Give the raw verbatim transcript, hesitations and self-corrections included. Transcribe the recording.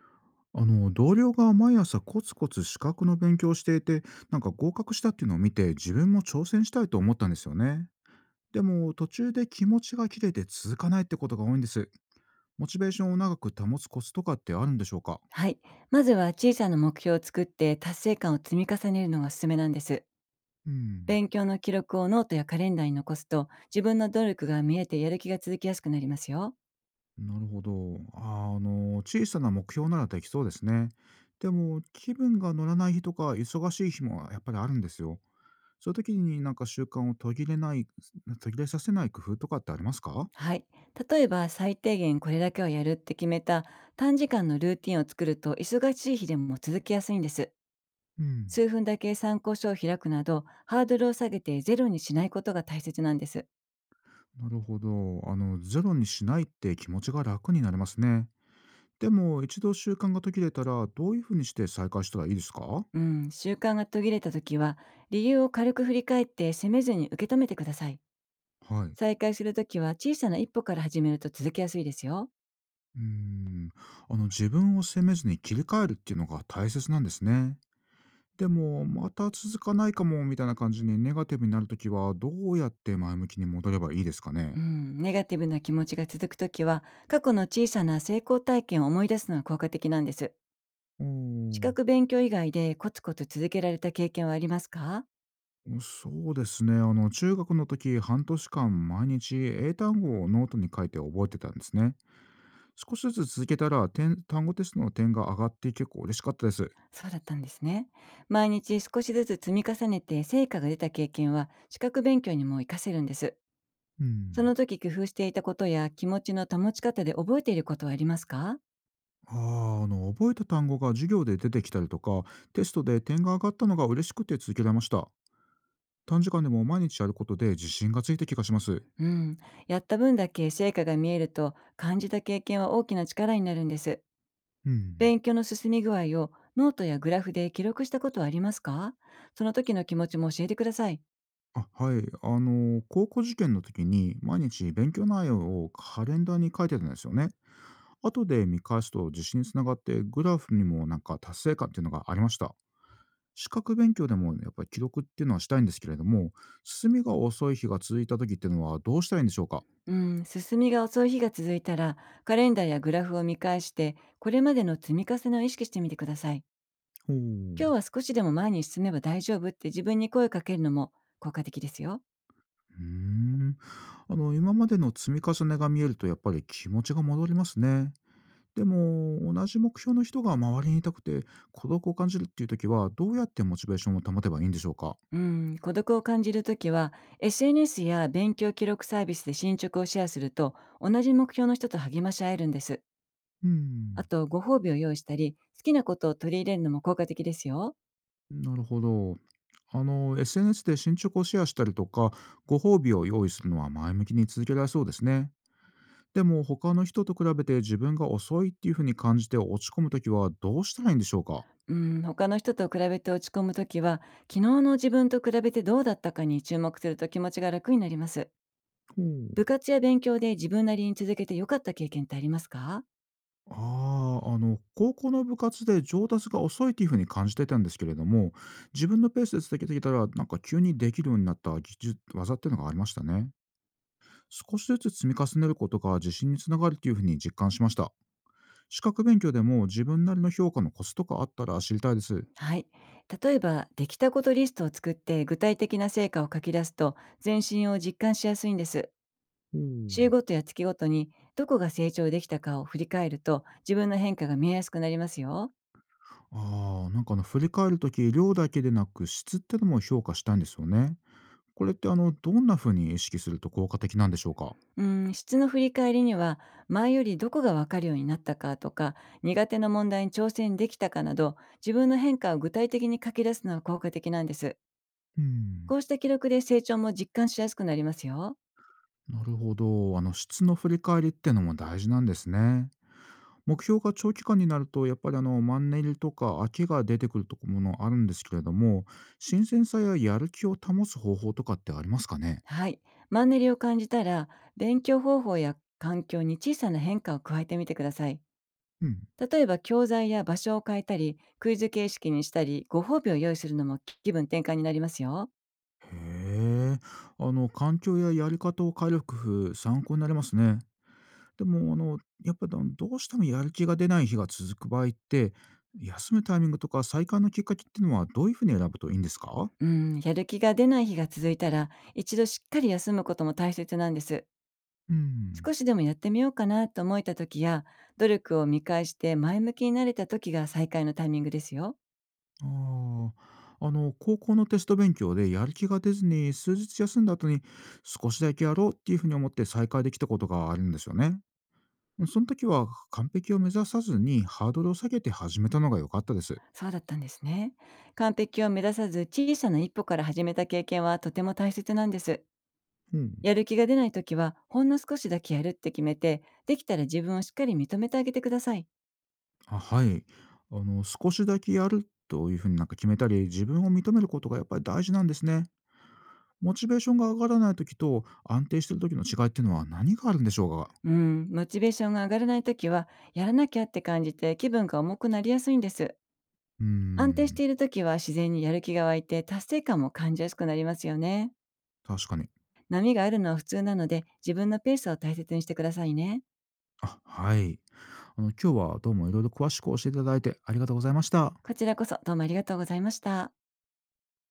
あの同僚が毎朝コツコツ資格の勉強をしていて、なんか合格したっていうのを見て自分も挑戦したいと思ったんですよね。でも途中で気持ちが切れて続かないってことが多いんです。モチベーションを長く保つコツとかってあるんでしょうか？はい。まずは小さな目標を作って達成感を積み重ねるのがおすすめなんです。うん。勉強の記録をノートやカレンダーに残すと、自分の努力が見えてやる気が続きやすくなりますよ。なるほど。あーあの小さな目標ならできそうですね。でも気分が乗らない日とか忙しい日もやっぱりあるんですよ。そういう時になんか習慣を途切れない途切れさせない工夫とかってありますか？はい。例えば最低限これだけはやるって決めた短時間のルーティンを作ると、忙しい日でも続きやすいんです。うん。数分だけ参考書を開くなどハードルを下げて、ゼロにしないことが大切なんです。なるほど。あの、ゼロにしないって気持ちが楽になりますね。でも、一度習慣が途切れたら、どういうふうにして再開したらいいですか？はうん、習慣が途切れた時は、理由を軽く振り返って責めずに受け止めてください。い。再開するときは小さな一歩から始めると続けやすいですよ。うーん。あの、自分を責めずに切り替えるっていうのが大切なんですね。でも、また続かないかも、みたいな感じにネガティブになるときは、どうやって前向きに戻ればいいですかうね？ん、ネガティブな気持ちが続くときは、過去の小さな成功体験を思い出すのが効果的なんです。お資ー。格勉強以外でコツコツ続けられた経験はありますか？そうですね。あの、中学の時、半年間毎日英単語をノートに書いて覚えてたんですね。少しずつ続けたら、点単語テストの点が上がって結構嬉しかったです。そうだったんですね。毎日少しずつ積み重ねて成果が出た経験は資格勉強にも活かせるんです。うそん。の時工夫していたことや気持ちの保ち方で覚えていることはありますか？ああ、あの、覚えた単語が授業で出てきたりとか、テストで点が上がったのが嬉しくて続けられました。短時間でも毎日やることで自信がついた気がします。うん、やった分だけ成果が見えると感じた経験は大きな力になるんです。うん。勉強の進み具合をノートやグラフで記録したことはありますか？その時の気持ちも教えてください。あ、はい。あの、高校受験の時に毎日勉強内容をカレンダーに書いてたんですよね。後で見返すと自信につながって、グラフにもなんか達成感っていうのがありました。資格勉強でもやっぱり記録っていうのはしたいんですけれども、進みが遅い日が続いた時っていうのはどうしたらいいんでしょうか？うん、進みが遅い日が続いたら、カレンダーやグラフを見返して、これまでの積み重ねを意識してみてください。ほう。うー今日は少しでも前に進めば大丈夫って自分に声をかけるのも効果的ですよ。ん。あの、今までの積み重ねが見えるとやっぱり気持ちが戻りますね。でも、同じ目標の人が周りにいたくて、孤独を感じるっていう時は、どうやってモチベーションを保てばいいんでしょうか？うん、孤独を感じるときは、エスエヌエス や勉強記録サービスで進捗をシェアすると、同じ目標の人と励まし合えるんです。うあん。と、ご褒美を用意したり、好きなことを取り入れるのも効果的ですよ。なるほど。あの、エスエヌエス で進捗をシェアしたりとか、ご褒美を用意するのは前向きに続けられそうですね。でも他の人と比べて自分が遅いっていうふうに感じて落ち込むときはどうしたらいいんでしょうか？うん、他の人と比べて落ち込むときは、昨日の自分と比べてどうだったかに注目すると気持ちが楽になります。ほう。部活や勉強で自分なりに続けて良かった経験ってありますか？ああ、あの、高校の部活で上達が遅いっていうふうに感じてたんですけれども、自分のペースで続けてきたら、なんか急にできるようになった技術、技っていうのがありましたね。少しずつ積み重ねることが自信につながるっていうふうに実感しました。資格勉強でも自分なりの評価のコツとかあったら知りたいです。はい。例えば、できたことリストを作って具体的な成果を書き出すと、全身を実感しやすいんです。おう。週ごとや月ごとに、どこが成長できたかを振り返ると、自分の変化が見えやすくなりますよ。ああ、なんかあの、振り返るとき、量だけでなく質ってのも評価したいんですよね。これってあの、どんな風に意識すると効果的なんでしょうか？うん、質の振り返りには、前よりどこが分かるようになったかとか、苦手な問題に挑戦できたかなど、自分の変化を具体的に書き出すのは効果的なんです。うん、こうした記録で成長も実感しやすくなりますよ。なるほど。あの、質の振り返りってのも大事なんですね。目標が長期間になると、やっぱりあの、マンネリとか飽きが出てくるとこものあるんですけれども、新鮮さややる気を保つ方法とかってありますかね？はい。マンネリを感じたら、勉強方法や環境に小さな変化を加えてみてください。うん。例えば教材や場所を変えたり、クイズ形式にしたり、ご褒美を用意するのも気分転換になりますよ。へえ。あの、環境ややり方を変える工夫、参考になりますね。でも、あの、やっぱ、どどうしてもやる気が出ない日が続く場合って、休むタイミングとか再開のきっかけっていうのはどういうふうに選ぶといいんですか？うん、やる気が出ない日が続いたら、一度しっかり休むことも大切なんです。うん。少しでもやってみようかなと思えた時や、努力を見返して前向きになれた時が再開のタイミングですよ。ああ、あの、高校のテスト勉強でやる気が出ずに、数日休んだ後に少しだけやろうっていうふうに思って再開できたことがあるんですよね。その時は完璧を目指さずにハードルを下げて始めたのが良かったです。そうだったんですね。完璧を目指さず小さな一歩から始めた経験はとても大切なんです。うん。やる気が出ない時は、ほんの少しだけやるって決めて、できたら自分をしっかり認めてあげてください。あ、はい。あの、少しだけやるというふうになんか決めたり、自分を認めることがやっぱり大事なんですね。モチベーションが上がらない時と安定してる時の違いっていうのは何があるんでしょうか？うん、モチベーションが上がらない時は、やらなきゃって感じて気分が重くなりやすいんです。うー安定してん、いる時は自然にやる気が湧いて達成感も感じやすくなりますよね。確かに。波があるのは普通なので自分のペースを大切にしてくださいね。あ、はい。あの今日はどうもいろいろ詳しく教えていただいてありがとうございました。こちらこそどうもありがとうございました。